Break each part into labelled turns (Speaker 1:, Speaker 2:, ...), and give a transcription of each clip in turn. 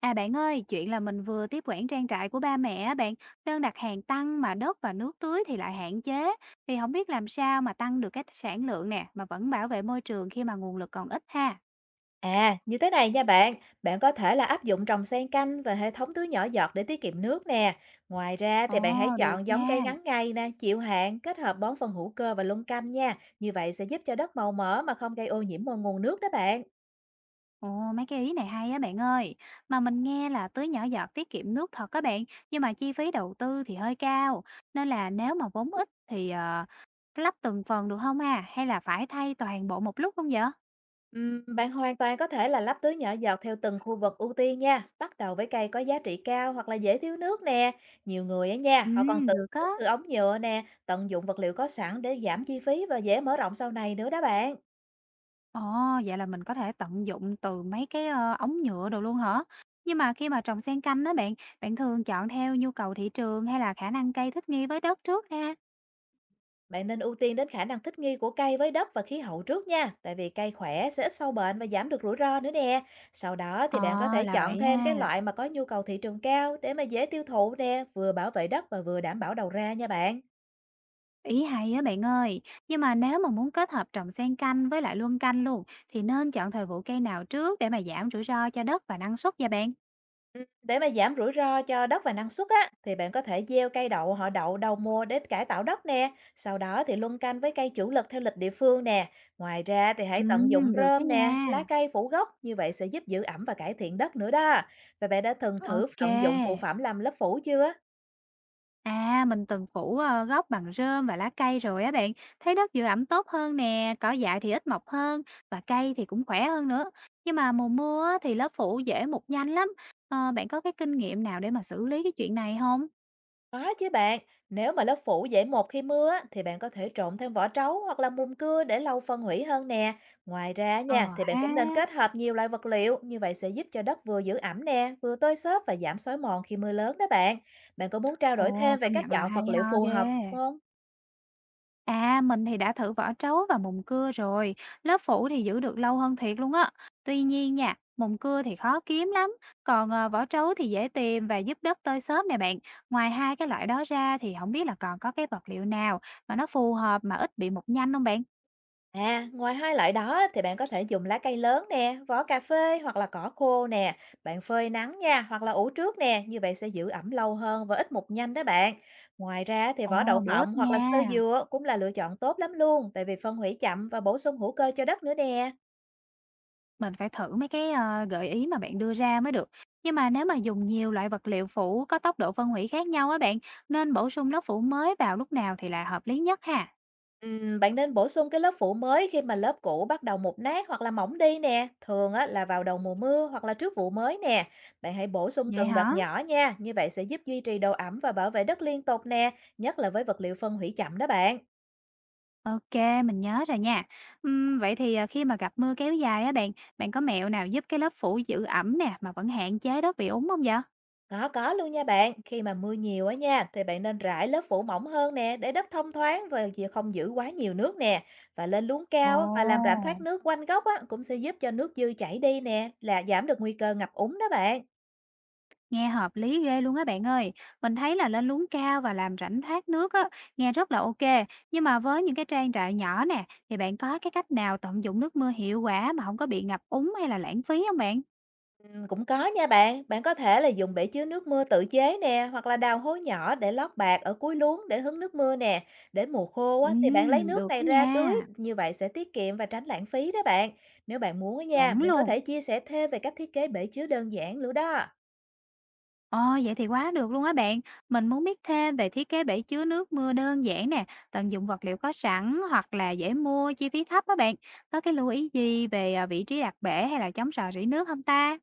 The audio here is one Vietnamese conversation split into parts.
Speaker 1: À bạn ơi, chuyện là mình vừa tiếp quản trang trại của ba mẹ á bạn, đơn đặt hàng tăng mà đất và nước tưới thì lại hạn chế, thì không biết làm sao mà tăng được cái sản lượng nè, mà vẫn bảo vệ môi trường khi mà nguồn lực còn ít ha.
Speaker 2: À, như thế này nha bạn, bạn có thể là áp dụng trồng xen canh và hệ thống tưới nhỏ giọt để tiết kiệm nước nè. Ngoài ra
Speaker 1: Ồ,
Speaker 2: thì bạn hãy
Speaker 1: được
Speaker 2: chọn giống cây
Speaker 1: nha.
Speaker 2: ngắn ngày nè, chịu hạn, kết hợp bón phân hữu cơ và luân canh nha. Như vậy sẽ giúp cho đất màu mỡ mà không gây ô nhiễm môi nguồn nước đó bạn.
Speaker 1: Ồ, mấy cái ý này hay á bạn ơi. Mà mình nghe là tưới nhỏ giọt tiết kiệm nước thật các bạn, nhưng mà chi phí đầu tư thì hơi cao, nên là nếu mà vốn ít thì lắp từng phần được không à, hay là phải thay toàn bộ một lúc không vậy?
Speaker 2: Bạn hoàn toàn có thể là lắp tưới nhỏ giọt theo từng khu vực ưu tiên nha. Bắt đầu với cây có giá trị cao hoặc là dễ thiếu nước nè. Nhiều người á nha,
Speaker 1: Ừ,
Speaker 2: họ còn tự
Speaker 1: được á.
Speaker 2: từ ống nhựa nè, tận dụng vật liệu có sẵn để giảm chi phí và dễ mở rộng sau này nữa đó bạn.
Speaker 1: Ồ, vậy là mình có thể tận dụng từ mấy cái, ống nhựa đồ luôn hả? Nhưng mà khi mà trồng xen canh đó bạn, bạn thường chọn theo nhu cầu thị trường hay là khả năng cây thích nghi với đất trước ha?
Speaker 2: Bạn nên ưu tiên đến khả năng thích nghi của cây với đất và khí hậu trước nha, tại vì cây khỏe sẽ ít sâu bệnh và giảm được rủi ro nữa nè. Sau đó
Speaker 1: Ờ,
Speaker 2: thì bạn có thể
Speaker 1: là
Speaker 2: chọn
Speaker 1: vậy
Speaker 2: thêm các
Speaker 1: ha.
Speaker 2: loại mà có nhu cầu thị trường cao để mà dễ tiêu thụ nè, vừa bảo vệ đất và vừa đảm bảo đầu ra nha bạn.
Speaker 1: Ý hay á bạn ơi. Nhưng mà nếu mà muốn kết hợp trồng xen canh với lại luân canh luôn, thì nên chọn thời vụ cây nào trước để mà giảm rủi ro cho đất và năng suất vậy bạn?
Speaker 2: Để mà giảm rủi ro cho đất và năng suất á, thì bạn có thể gieo cây đậu họ đậu đầu mùa để cải tạo đất nè, sau đó thì luân canh với cây chủ lực theo lịch địa phương nè. Ngoài ra thì hãy tận dụng
Speaker 1: Được đó
Speaker 2: rơm nè,
Speaker 1: nha.
Speaker 2: lá cây phủ gốc, như vậy sẽ giúp giữ ẩm và cải thiện đất nữa đó. Và bạn đã từng thử
Speaker 1: OK.
Speaker 2: tận dụng phụ phẩm làm lớp phủ chưa?
Speaker 1: À, mình từng phủ, gốc bằng rơm và lá cây rồi á bạn, thấy đất giữ ẩm tốt hơn nè, cỏ dại thì ít mọc hơn và cây thì cũng khỏe hơn nữa. Nhưng mà mùa mưa á, thì lớp phủ dễ mục nhanh lắm. Ờ, bạn có cái kinh nghiệm nào để mà xử lý cái chuyện này không?
Speaker 2: Có chứ bạn, nếu mà lớp phủ dễ mục khi mưa á, thì bạn có thể trộn thêm vỏ trấu hoặc là mùn cưa để lâu phân hủy hơn nè. Ngoài ra
Speaker 1: Ờ
Speaker 2: nha, thì bạn
Speaker 1: ha.
Speaker 2: cũng nên kết hợp nhiều loại vật liệu, như vậy sẽ giúp cho đất vừa giữ ẩm nè, vừa tơi xốp và giảm xói mòn khi mưa lớn đó bạn. Bạn có muốn trao
Speaker 1: Ồ,
Speaker 2: đổi thêm về
Speaker 1: công
Speaker 2: cách
Speaker 1: nhận là
Speaker 2: chọn
Speaker 1: hay
Speaker 2: vật liệu
Speaker 1: ho
Speaker 2: phù
Speaker 1: ghê.
Speaker 2: hợp không?
Speaker 1: À, mình thì đã thử vỏ trấu và mùng cưa rồi, lớp phủ thì giữ được lâu hơn thiệt luôn á. Tuy nhiên nha, mùng cưa thì khó kiếm lắm, còn vỏ trấu thì dễ tìm và giúp đất tơi xốp nè bạn. Ngoài hai cái loại đó ra thì không biết là còn có cái vật liệu nào mà nó phù hợp mà ít bị mục nhanh không bạn?
Speaker 2: À, ngoài hai loại đó á, thì bạn có thể dùng lá cây lớn nè, vỏ cà phê hoặc là cỏ khô nè, bạn phơi nắng nha, hoặc là ủ trước nè, như vậy sẽ giữ ẩm lâu hơn và ít mục nhanh đó bạn. Ngoài ra thì
Speaker 1: Ồ,
Speaker 2: vỏ đậu
Speaker 1: bổ
Speaker 2: phộng
Speaker 1: ích
Speaker 2: hoặc
Speaker 1: nha.
Speaker 2: là xơ dừa cũng là lựa chọn tốt lắm luôn, tại vì phân hủy chậm và bổ sung hữu cơ cho đất nữa nè.
Speaker 1: Mình phải thử mấy cái gợi ý mà bạn đưa ra mới được. Nhưng mà nếu mà dùng nhiều loại vật liệu phủ có tốc độ phân hủy khác nhau á bạn, nên bổ sung lớp phủ mới vào lúc nào thì là hợp lý nhất ha.
Speaker 2: Bạn nên bổ sung cái lớp phủ mới khi mà lớp cũ bắt đầu mục nát hoặc là mỏng đi nè. Thường á, là vào đầu mùa mưa hoặc là trước vụ mới nè. Bạn hãy bổ sung
Speaker 1: Vậy
Speaker 2: từng đợt
Speaker 1: hả?
Speaker 2: nhỏ nha. Như vậy sẽ giúp duy trì độ ẩm và bảo vệ đất liên tục nè. Nhất là với vật liệu phân hủy chậm đó bạn.
Speaker 1: OK, mình nhớ rồi nha. Vậy thì, à, khi mà gặp mưa kéo dài á bạn, bạn có mẹo nào giúp cái lớp phủ giữ ẩm nè, mà vẫn hạn chế đất bị úng không vậy?
Speaker 2: Có luôn nha bạn. Khi mà mưa nhiều á nha, thì bạn nên rải lớp phủ mỏng hơn nè để đất thông thoáng và không giữ quá nhiều nước nè. Và lên luống cao và làm
Speaker 1: Ồ!
Speaker 2: rãnh thoát nước quanh gốc á, cũng sẽ giúp cho nước dư chảy đi nè, là giảm được nguy cơ ngập úng đó bạn.
Speaker 1: Nghe hợp lý ghê luôn á bạn ơi. Mình thấy là lên luống cao và làm rãnh thoát nước á, nghe rất là OK, nhưng mà với những cái trang trại nhỏ nè, thì bạn có cái cách nào tận dụng nước mưa hiệu quả mà không có bị ngập úng hay là lãng phí không bạn?
Speaker 2: Cũng có nha bạn, bạn có thể là dùng bể chứa nước mưa tự chế nè, hoặc là đào hố nhỏ để lót bạt ở cuối luống để hứng nước mưa nè. Để mùa khô á, thì bạn lấy nước
Speaker 1: Được
Speaker 2: này
Speaker 1: đó
Speaker 2: ra tưới,
Speaker 1: nha,
Speaker 2: như vậy sẽ tiết kiệm và tránh lãng phí đó bạn. Nếu bạn muốn á
Speaker 1: chuẩn
Speaker 2: nha, mình có
Speaker 1: luôn.
Speaker 2: thể chia sẻ thêm về cách thiết kế bể chứa đơn giản nữa đó.
Speaker 1: Ờ, vậy thì quá được luôn á bạn. Mình muốn biết thêm về thiết kế bể chứa nước mưa đơn giản nè, tận dụng vật liệu có sẵn hoặc là dễ mua, chi phí thấp á bạn. Có cái lưu ý gì về à, vị trí đặt bể hay là chống rò rỉ nước không ta?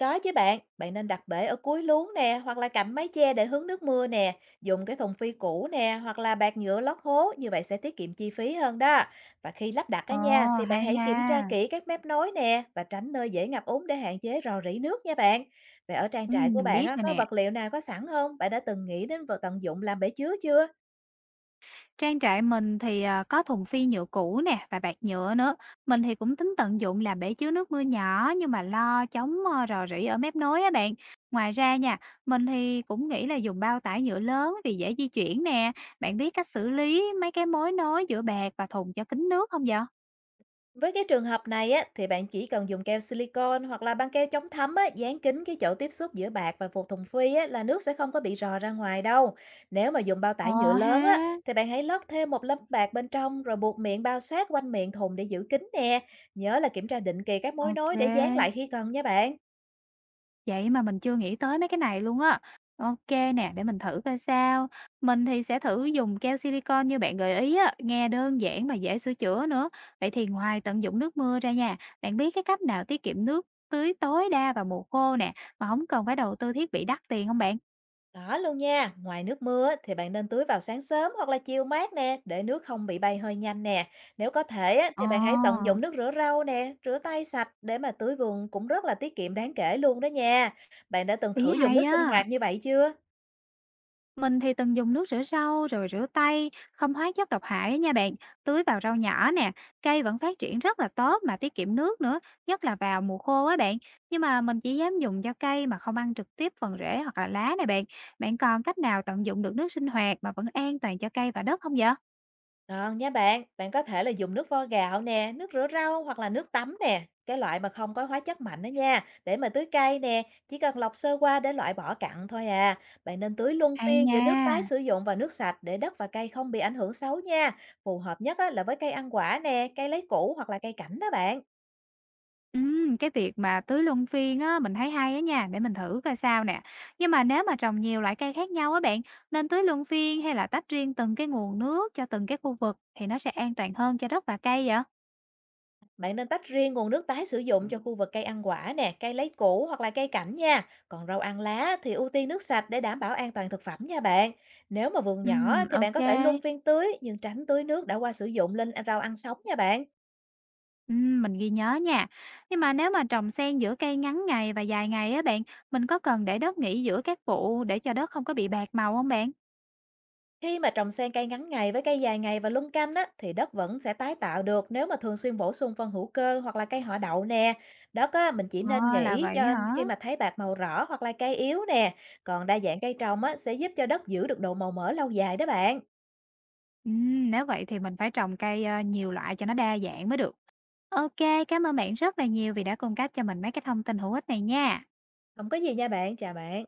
Speaker 2: Có chứ bạn, bạn nên đặt bể ở cuối luống nè, hoặc là cạnh mái che để hứng nước mưa nè, dùng cái thùng phi cũ nè, hoặc là bạt nhựa lót hố, như vậy sẽ tiết kiệm chi phí hơn đó. Và khi lắp đặt
Speaker 1: Ồ,
Speaker 2: cái nha, thì bạn
Speaker 1: hay
Speaker 2: hãy
Speaker 1: ha.
Speaker 2: kiểm tra kỹ các mép nối nè và tránh nơi dễ ngập úng để hạn chế rò rỉ nước nha bạn. Vậy ở trang
Speaker 1: Ừ,
Speaker 2: trại của
Speaker 1: mình
Speaker 2: bạn
Speaker 1: biết
Speaker 2: á,
Speaker 1: rồi
Speaker 2: có
Speaker 1: nè.
Speaker 2: vật liệu nào có sẵn không? Bạn đã từng nghĩ đến vật tận dụng làm bể chứa chưa?
Speaker 1: Trang trại mình thì, à, có thùng phi nhựa cũ nè và bạt nhựa nữa. Mình thì cũng tính tận dụng làm bể chứa nước mưa nhỏ nhưng mà lo chống, rò rỉ ở mép nối á bạn. Ngoài ra nha, mình thì cũng nghĩ là dùng bao tải nhựa lớn vì dễ di chuyển nè. Bạn biết cách xử lý mấy cái mối nối giữa bạt và thùng cho kín nước không vậy?
Speaker 2: Với cái trường hợp này á, thì bạn chỉ cần dùng keo silicon hoặc là băng keo chống thấm á, dán kín cái chỗ tiếp xúc giữa bạc và phụ thùng phi á, là nước sẽ không có bị rò ra ngoài đâu. Nếu mà dùng bao tải nhựa
Speaker 1: Ờ ha.
Speaker 2: lớn á, thì bạn hãy lót thêm một lớp bạc bên trong rồi buộc miệng bao sát quanh miệng thùng để giữ kín nè. Nhớ là kiểm tra định kỳ các mối nối để dán
Speaker 1: OK.
Speaker 2: lại khi cần nha bạn.
Speaker 1: Vậy mà mình chưa nghĩ tới mấy cái này luôn á. OK nè, để mình thử coi sao. Mình thì sẽ thử dùng keo silicon như bạn gợi ý á, nghe đơn giản mà dễ sửa chữa nữa. Vậy thì ngoài tận dụng nước mưa ra nha, bạn biết cái cách nào tiết kiệm nước tưới tối đa vào mùa khô nè, mà không cần phải đầu tư thiết bị đắt tiền không bạn?
Speaker 2: Đó luôn nha, ngoài nước mưa á, thì bạn nên tưới vào sáng sớm hoặc là chiều mát nè, để nước không bị bay hơi nhanh nè. Nếu có thể á, thì
Speaker 1: Ờ,
Speaker 2: bạn hãy tận dụng nước rửa rau nè, rửa tay sạch để mà tưới vườn cũng rất là tiết kiệm đáng kể luôn đó nha. Bạn đã từng
Speaker 1: ý
Speaker 2: thử dùng nước
Speaker 1: hay
Speaker 2: sinh
Speaker 1: á.
Speaker 2: hoạt như vậy chưa?
Speaker 1: Mình thì từng dùng nước rửa rau rồi rửa tay, không hóa chất độc hại nha bạn, tưới vào rau nhỏ nè, cây vẫn phát triển rất là tốt mà tiết kiệm nước nữa, nhất là vào mùa khô á bạn. Nhưng mà mình chỉ dám dùng cho cây mà không ăn trực tiếp phần rễ hoặc là lá này bạn. Bạn còn cách nào tận dụng được nước sinh hoạt mà vẫn an toàn cho cây và đất không vậy?
Speaker 2: Còn nha bạn, bạn có thể là dùng nước vo gạo nè, nước rửa rau hoặc là nước tắm nè, cái loại mà không có hóa chất mạnh đó nha, để mà tưới cây nè, chỉ cần lọc sơ qua để loại bỏ cặn thôi à. Bạn nên tưới luân
Speaker 1: Hay
Speaker 2: phiên giữa nước tái
Speaker 1: nha.
Speaker 2: sử dụng và nước sạch để đất và cây không bị ảnh hưởng xấu nha. Phù hợp nhất á, là với cây ăn quả nè, cây lấy củ hoặc là cây cảnh đó bạn.
Speaker 1: Cái việc mà tưới luân phiên á, mình thấy hay á nha, để mình thử coi sao nè. Nhưng mà nếu mà trồng nhiều loại cây khác nhau á bạn, nên tưới luân phiên hay là tách riêng từng cái nguồn nước cho từng cái khu vực thì nó sẽ an toàn hơn cho đất và cây vậy?
Speaker 2: Bạn nên tách riêng nguồn nước tái sử dụng cho khu vực cây ăn quả nè, cây lấy củ hoặc là cây cảnh nha. Còn rau ăn lá thì ưu tiên nước sạch để đảm bảo an toàn thực phẩm nha bạn. Nếu mà vườn nhỏ thì bạn
Speaker 1: OK.
Speaker 2: có thể luân phiên tưới nhưng tránh tưới nước đã qua sử dụng lên rau ăn sống nha bạn.
Speaker 1: Mình ghi nhớ nha. Nhưng mà nếu mà trồng xen giữa cây ngắn ngày và dài ngày á bạn, mình có cần để đất nghỉ giữa các vụ để cho đất không có bị bạc màu không bạn?
Speaker 2: Khi mà trồng xen cây ngắn ngày với cây dài ngày và luân canh á, thì đất vẫn sẽ tái tạo được nếu mà thường xuyên bổ sung phân hữu cơ hoặc là cây họ đậu nè. Đất á, mình chỉ nên
Speaker 1: Ờ, là
Speaker 2: nghĩ
Speaker 1: vậy
Speaker 2: cho
Speaker 1: hả?
Speaker 2: khi mà thấy bạc màu rõ hoặc là cây yếu nè. Còn đa dạng cây trồng á, sẽ giúp cho đất giữ được độ màu mỡ lâu dài đó bạn.
Speaker 1: Nếu vậy thì mình phải trồng cây nhiều loại cho nó đa dạng mới được. OK, cảm ơn bạn rất là nhiều vì đã cung cấp cho mình mấy cái thông tin hữu ích này nha.
Speaker 2: Không có gì nha bạn, chào bạn.